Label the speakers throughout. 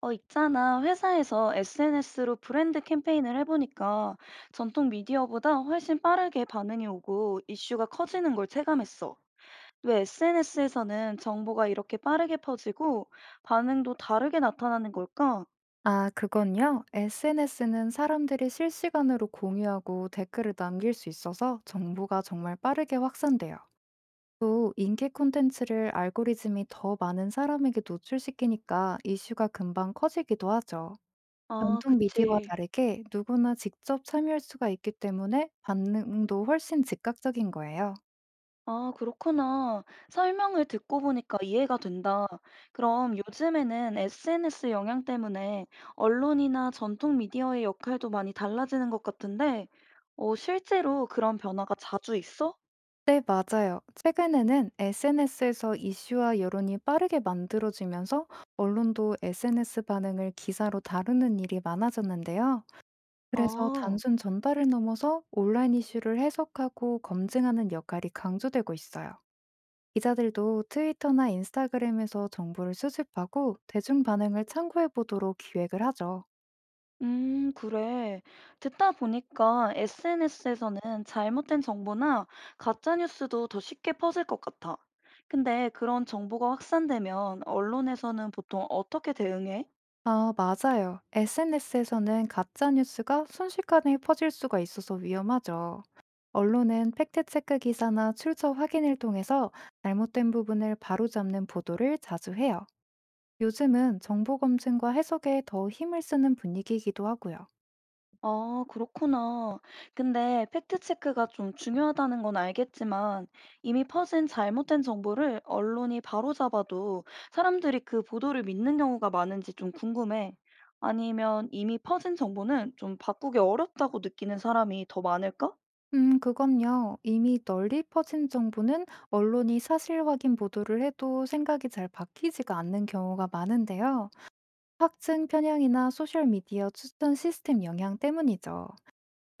Speaker 1: 있잖아. 회사에서 SNS로 브랜드 캠페인을 해보니까 전통 미디어보다 훨씬 빠르게 반응이 오고 이슈가 커지는 걸 체감했어. 왜 SNS에서는 정보가 이렇게 빠르게 퍼지고 반응도 다르게 나타나는 걸까?
Speaker 2: 아, 그건요. SNS는 사람들이 실시간으로 공유하고 댓글을 남길 수 있어서 정보가 정말 빠르게 확산돼요. 또 인기 콘텐츠를 알고리즘이 더 많은 사람에게 노출시키니까 이슈가 금방 커지기도 하죠.
Speaker 1: 아,
Speaker 2: 전통 미디어와
Speaker 1: 그치.
Speaker 2: 다르게 누구나 직접 참여할 수가 있기 때문에 반응도 훨씬 즉각적인 거예요.
Speaker 1: 아, 그렇구나. 설명을 듣고 보니까 이해가 된다. 그럼 요즘에는 SNS 영향 때문에 언론이나 전통 미디어의 역할도 많이 달라지는 것 같은데, 실제로 그런 변화가 자주 있어?
Speaker 2: 네, 맞아요. 최근에는 SNS에서 이슈와 여론이 빠르게 만들어지면서 언론도 SNS 반응을 기사로 다루는 일이 많아졌는데요. 그래서
Speaker 1: 아,
Speaker 2: 단순 전달을 넘어서 온라인 이슈를 해석하고 검증하는 역할이 강조되고 있어요. 기자들도 트위터나 인스타그램에서 정보를 수집하고 대중 반응을 참고해 보도록 기획을 하죠.
Speaker 1: 그래. 듣다 보니까 SNS에서는 잘못된 정보나 가짜 뉴스도 더 쉽게 퍼질 것 같아. 근데 그런 정보가 확산되면 언론에서는 보통 어떻게 대응해?
Speaker 2: 아, 맞아요. SNS에서는 가짜 뉴스가 순식간에 퍼질 수가 있어서 위험하죠. 언론은 팩트체크 기사나 출처 확인을 통해서 잘못된 부분을 바로잡는 보도를 자주 해요. 요즘은 정보 검증과 해석에 더 힘을 쓰는 분위기이기도 하고요.
Speaker 1: 아 그렇구나. 근데 팩트 체크가 좀 중요하다는 건 알겠지만 이미 퍼진 잘못된 정보를 언론이 바로잡아도 사람들이 그 보도를 믿는 경우가 많은지 좀 궁금해. 아니면 이미 퍼진 정보는 좀 바꾸기 어렵다고 느끼는 사람이 더 많을까?
Speaker 2: 그건요. 이미 널리 퍼진 정보는 언론이 사실 확인 보도를 해도 생각이 잘 바뀌지가 않는 경우가 많은데요. 확증 편향이나 소셜미디어 추천 시스템 영향 때문이죠.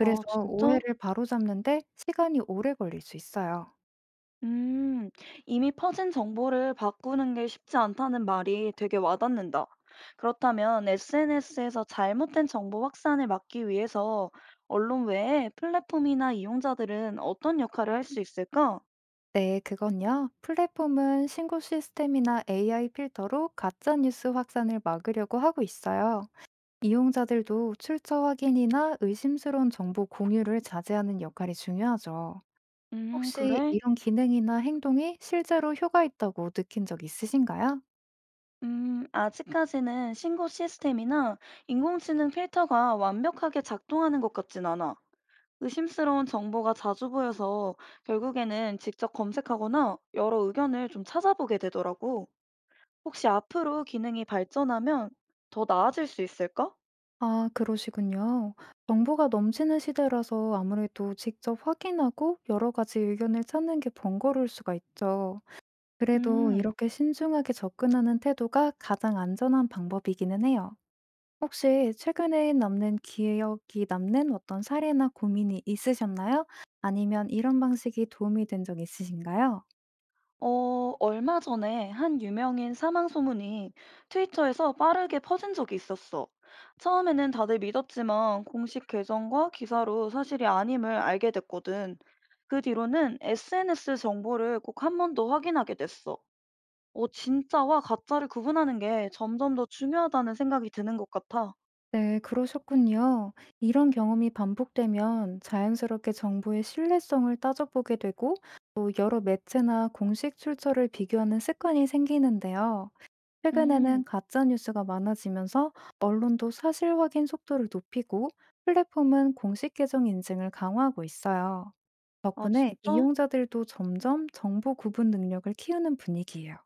Speaker 1: 아 진짜?
Speaker 2: 오해를 바로잡는데 시간이 오래 걸릴 수 있어요.
Speaker 1: 음, 이미 퍼진 정보를 바꾸는 게 쉽지 않다는 말이 되게 와닿는다. 그렇다면 SNS에서 잘못된 정보 확산을 막기 위해서 언론 외에 플랫폼이나 이용자들은 어떤 역할을 할 수 있을까?
Speaker 2: 네, 그건요. 플랫폼은 신고 시스템이나 AI 필터로 가짜 뉴스 확산을 막으려고 하고 있어요. 이용자들도 출처 확인이나 의심스러운 정보 공유를 자제하는 역할이 중요하죠. 혹시
Speaker 1: 그래?
Speaker 2: 이런 기능이나 행동이 실제로 효과 있다고 느낀 적 있으신가요?
Speaker 1: 아직까지는 신고 시스템이나 인공지능 필터가 완벽하게 작동하는 것 같진 않아. 의심스러운 정보가 자주 보여서 결국에는 직접 검색하거나 여러 의견을 좀 찾아보게 되더라고. 혹시 앞으로 기능이 발전하면 더 나아질 수 있을까?
Speaker 2: 아, 그러시군요. 정보가 넘치는 시대라서 아무래도 직접 확인하고 여러 가지 의견을 찾는 게 번거로울 수가 있죠. 그래도
Speaker 1: 음,
Speaker 2: 이렇게 신중하게 접근하는 태도가 가장 안전한 방법이기는 해요. 혹시 최근에 남는 기억이 남는 어떤 사례나 고민이 있으셨나요? 아니면 이런 방식이 도움이 된 적 있으신가요?
Speaker 1: 어, 얼마 전에 한 유명인 사망 소문이 트위터에서 빠르게 퍼진 적이 있었어. 처음에는 다들 믿었지만 공식 계정과 기사로 사실이 아님을 알게 됐거든. 그 뒤로는 SNS 정보를 꼭 한 번 더 확인하게 됐어. 진짜와 가짜를 구분하는 게 점점 더 중요하다는 생각이 드는 것 같아.
Speaker 2: 네, 그러셨군요. 이런 경험이 반복되면 자연스럽게 정보의 신뢰성을 따져보게 되고 또 여러 매체나 공식 출처를 비교하는 습관이 생기는데요. 최근에는
Speaker 1: 음.
Speaker 2: 가짜 뉴스가 많아지면서 언론도 사실 확인 속도를 높이고 플랫폼은 공식 계정 인증을 강화하고 있어요.
Speaker 1: 아,
Speaker 2: 덕분에
Speaker 1: 진짜?
Speaker 2: 이용자들도 점점 정보 구분 능력을 키우는 분위기예요.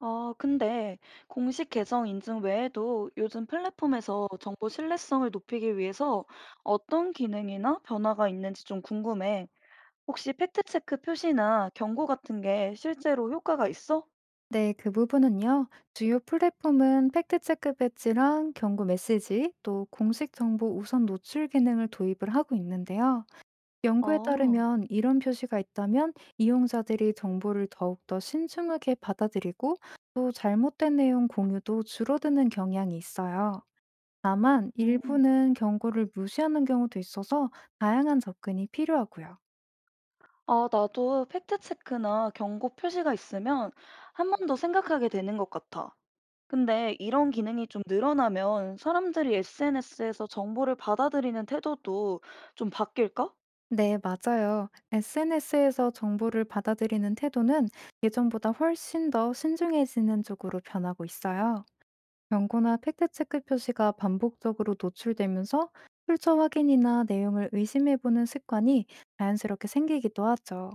Speaker 1: 아, 근데 공식 계정 인증 외에도 요즘 플랫폼에서 정보 신뢰성을 높이기 위해서 어떤 기능이나 변화가 있는지 좀 궁금해. 혹시 팩트체크 표시나 경고 같은 게 실제로 효과가 있어?
Speaker 2: 네, 그 부분은요. 주요 플랫폼은 팩트체크 배지랑 경고 메시지, 또 공식 정보 우선 노출 기능을 도입을 하고 있는데요. 연구에
Speaker 1: 아,
Speaker 2: 따르면 이런 표시가 있다면 이용자들이 정보를 더욱더 신중하게 받아들이고 또 잘못된 내용 공유도 줄어드는 경향이 있어요. 다만
Speaker 1: 음.
Speaker 2: 일부는 경고를 무시하는 경우도 있어서 다양한 접근이 필요하고요.
Speaker 1: 아, 나도 팩트체크나 경고 표시가 있으면 한 번 더 생각하게 되는 것 같아. 근데 이런 기능이 좀 늘어나면 사람들이 SNS에서 정보를 받아들이는 태도도 좀 바뀔까?
Speaker 2: 네, 맞아요. SNS에서 정보를 받아들이는 태도는 예전보다 훨씬 더 신중해지는 쪽으로 변하고 있어요. 경고나 팩트체크 표시가 반복적으로 노출되면서 출처 확인이나 내용을 의심해보는 습관이 자연스럽게 생기기도 하죠.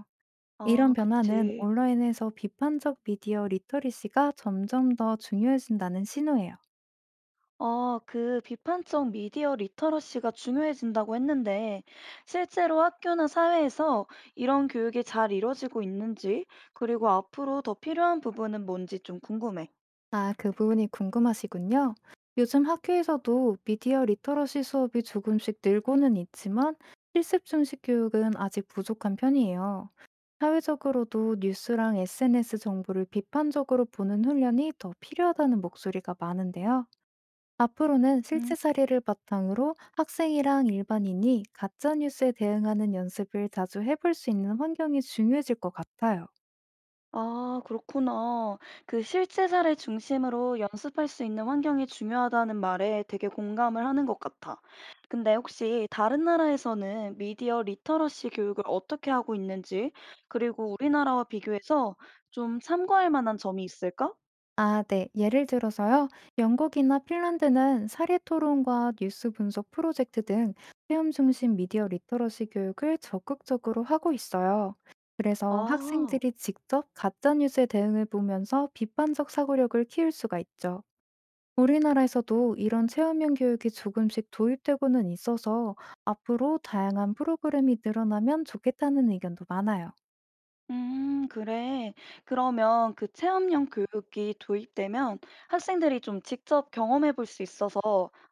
Speaker 2: 이런
Speaker 1: 아,
Speaker 2: 변화는
Speaker 1: 그치.
Speaker 2: 온라인에서 비판적 미디어 리터리시가 점점 더 중요해진다는 신호예요.
Speaker 1: 아, 그 비판적 미디어 리터러시가 중요해진다고 했는데, 실제로 학교나 사회에서 이런 교육이 잘 이루어지고 있는지, 그리고 앞으로 더 필요한 부분은 뭔지 좀 궁금해.
Speaker 2: 아, 그 부분이 궁금하시군요. 요즘 학교에서도 미디어 리터러시 수업이 조금씩 늘고는 있지만 실습 중식 교육은 아직 부족한 편이에요. 사회적으로도 뉴스랑 SNS 정보를 비판적으로 보는 훈련이 더 필요하다는 목소리가 많은데요. 앞으로는 실제
Speaker 1: 음.
Speaker 2: 사례를 바탕으로 학생이랑 일반인이 가짜뉴스에 대응하는 연습을 자주 해볼 수 있는 환경이 중요해질 것 같아요.
Speaker 1: 아, 그렇구나. 그 실제 사례 중심으로 연습할 수 있는 환경이 중요하다는 말에 되게 공감을 하는 것 같아. 근데 혹시 다른 나라에서는 미디어 리터러시 교육을 어떻게 하고 있는지, 그리고 우리나라와 비교해서 좀 참고할 만한 점이 있을까?
Speaker 2: 아, 네. 예를 들어서요. 영국이나 핀란드는 사례 토론과 뉴스 분석 프로젝트 등 체험 중심 미디어 리터러시 교육을 적극적으로 하고 있어요. 그래서
Speaker 1: 아.
Speaker 2: 학생들이 직접 가짜 뉴스에 대응을 보면서 비판적 사고력을 키울 수가 있죠. 우리나라에서도 이런 체험형 교육이 조금씩 도입되고는 있어서 앞으로 다양한 프로그램이 늘어나면 좋겠다는 의견도 많아요.
Speaker 1: 그래. 그러면 그 체험형 교육이 도입되면 학생들이 좀 직접 경험해 볼 수 있어서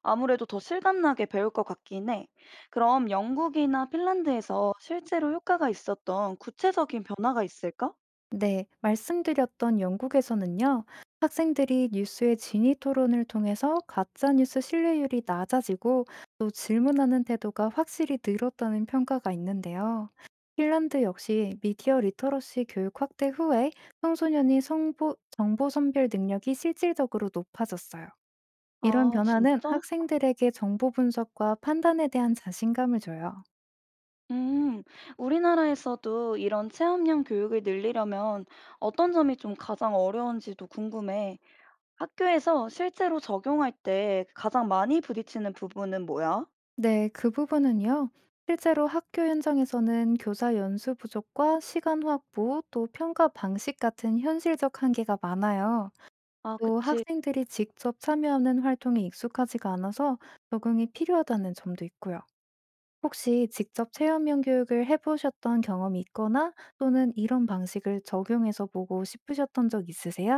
Speaker 1: 아무래도 더 실감나게 배울 것 같긴 해. 그럼 영국이나 핀란드에서 실제로 효과가 있었던 구체적인 변화가 있을까?
Speaker 2: 네, 말씀드렸던 영국에서는요, 학생들이 뉴스의 진위 토론을 통해서 가짜뉴스 신뢰율이 낮아지고 또 질문하는 태도가 확실히 늘었다는 평가가 있는데요. 핀란드 역시 미디어 리터러시 교육 확대 후에 청소년이 성보, 정보 선별 능력이 실질적으로 높아졌어요. 이런
Speaker 1: 아
Speaker 2: 변화는
Speaker 1: 진짜?
Speaker 2: 학생들에게 정보 분석과 판단에 대한 자신감을 줘요.
Speaker 1: 음. 우리나라에서도 이런 체험형 교육을 늘리려면 어떤 점이 좀 가장 어려운지도 궁금해. 학교에서 실제로 적용할 때 가장 많이 부딪히는 부분은 뭐야?
Speaker 2: 네, 그 부분은요. 실제로 학교 현장에서는 교사 연수 부족과 시간 확보, 또 평가 방식 같은 현실적 한계가 많아요.
Speaker 1: 아,
Speaker 2: 또
Speaker 1: 그치.
Speaker 2: 학생들이 직접 참여하는 활동에 익숙하지가 않아서 적응이 필요하다는 점도 있고요. 혹시 직접 체험형 교육을 해보셨던 경험이 있거나 또는 이런 방식을 적용해서 보고 싶으셨던 적 있으세요?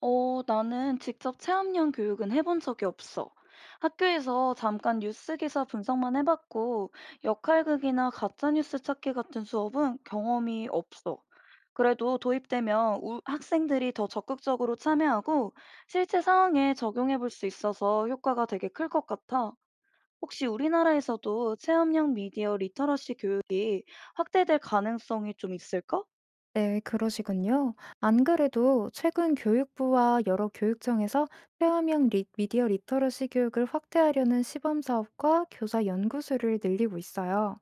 Speaker 1: 나는 직접 체험형 교육은 해본 적이 없어. 학교에서 잠깐 뉴스 기사 분석만 해봤고, 역할극이나 가짜뉴스 찾기 같은 수업은 경험이 없어. 그래도 도입되면 학생들이 더 적극적으로 참여하고 실제 상황에 적용해 볼 수 있어서 효과가 되게 클 것 같아. 혹시 우리나라에서도 체험형 미디어 리터러시 교육이 확대될 가능성이 좀 있을까?
Speaker 2: 네, 그러시군요. 안 그래도 최근 교육부와 여러 교육청에서 체험형 미디어 리터러시 교육을 확대하려는 시범 사업과 교사 연구수를 늘리고 있어요.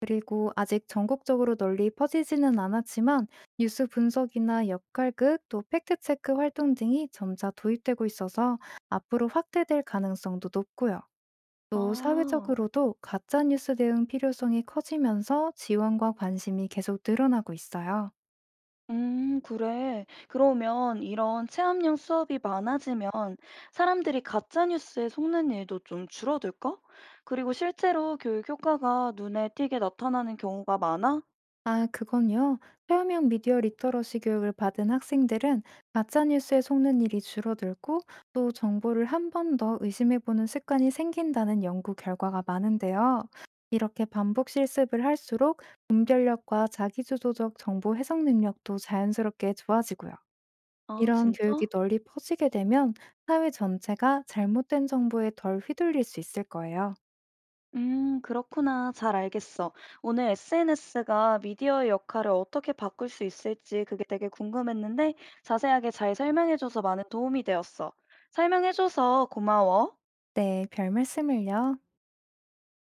Speaker 2: 그리고 아직 전국적으로 널리 퍼지지는 않았지만 뉴스 분석이나 역할극 또 팩트체크 활동 등이 점차 도입되고 있어서 앞으로 확대될 가능성도 높고요. 또
Speaker 1: 아,
Speaker 2: 사회적으로도 가짜뉴스 대응 필요성이 커지면서 지원과 관심이 계속 늘어나고 있어요.
Speaker 1: 그래. 그러면 이런 체험형 수업이 많아지면 사람들이 가짜뉴스에 속는 일도 좀 줄어들까? 그리고 실제로 교육 효과가 눈에 띄게 나타나는 경우가 많아?
Speaker 2: 아, 그건요. 체험형 미디어 리터러시 교육을 받은 학생들은 가짜뉴스에 속는 일이 줄어들고 또 정보를 한 번 더 의심해보는 습관이 생긴다는 연구 결과가 많은데요. 이렇게 반복 실습을 할수록 분별력과 자기주도적 정보 해석 능력도 자연스럽게 좋아지고요.
Speaker 1: 아,
Speaker 2: 이런 교육이
Speaker 1: 진짜?
Speaker 2: 널리 퍼지게 되면 사회 전체가 잘못된 정보에 덜 휘둘릴 수 있을 거예요.
Speaker 1: 그렇구나. 잘 알겠어. 오늘 SNS가 미디어의 역할을 어떻게 바꿀 수 있을지 그게 되게 궁금했는데 자세하게 잘 설명해줘서 많은 도움이 되었어. 설명해줘서 고마워.
Speaker 2: 네, 별 말씀을요.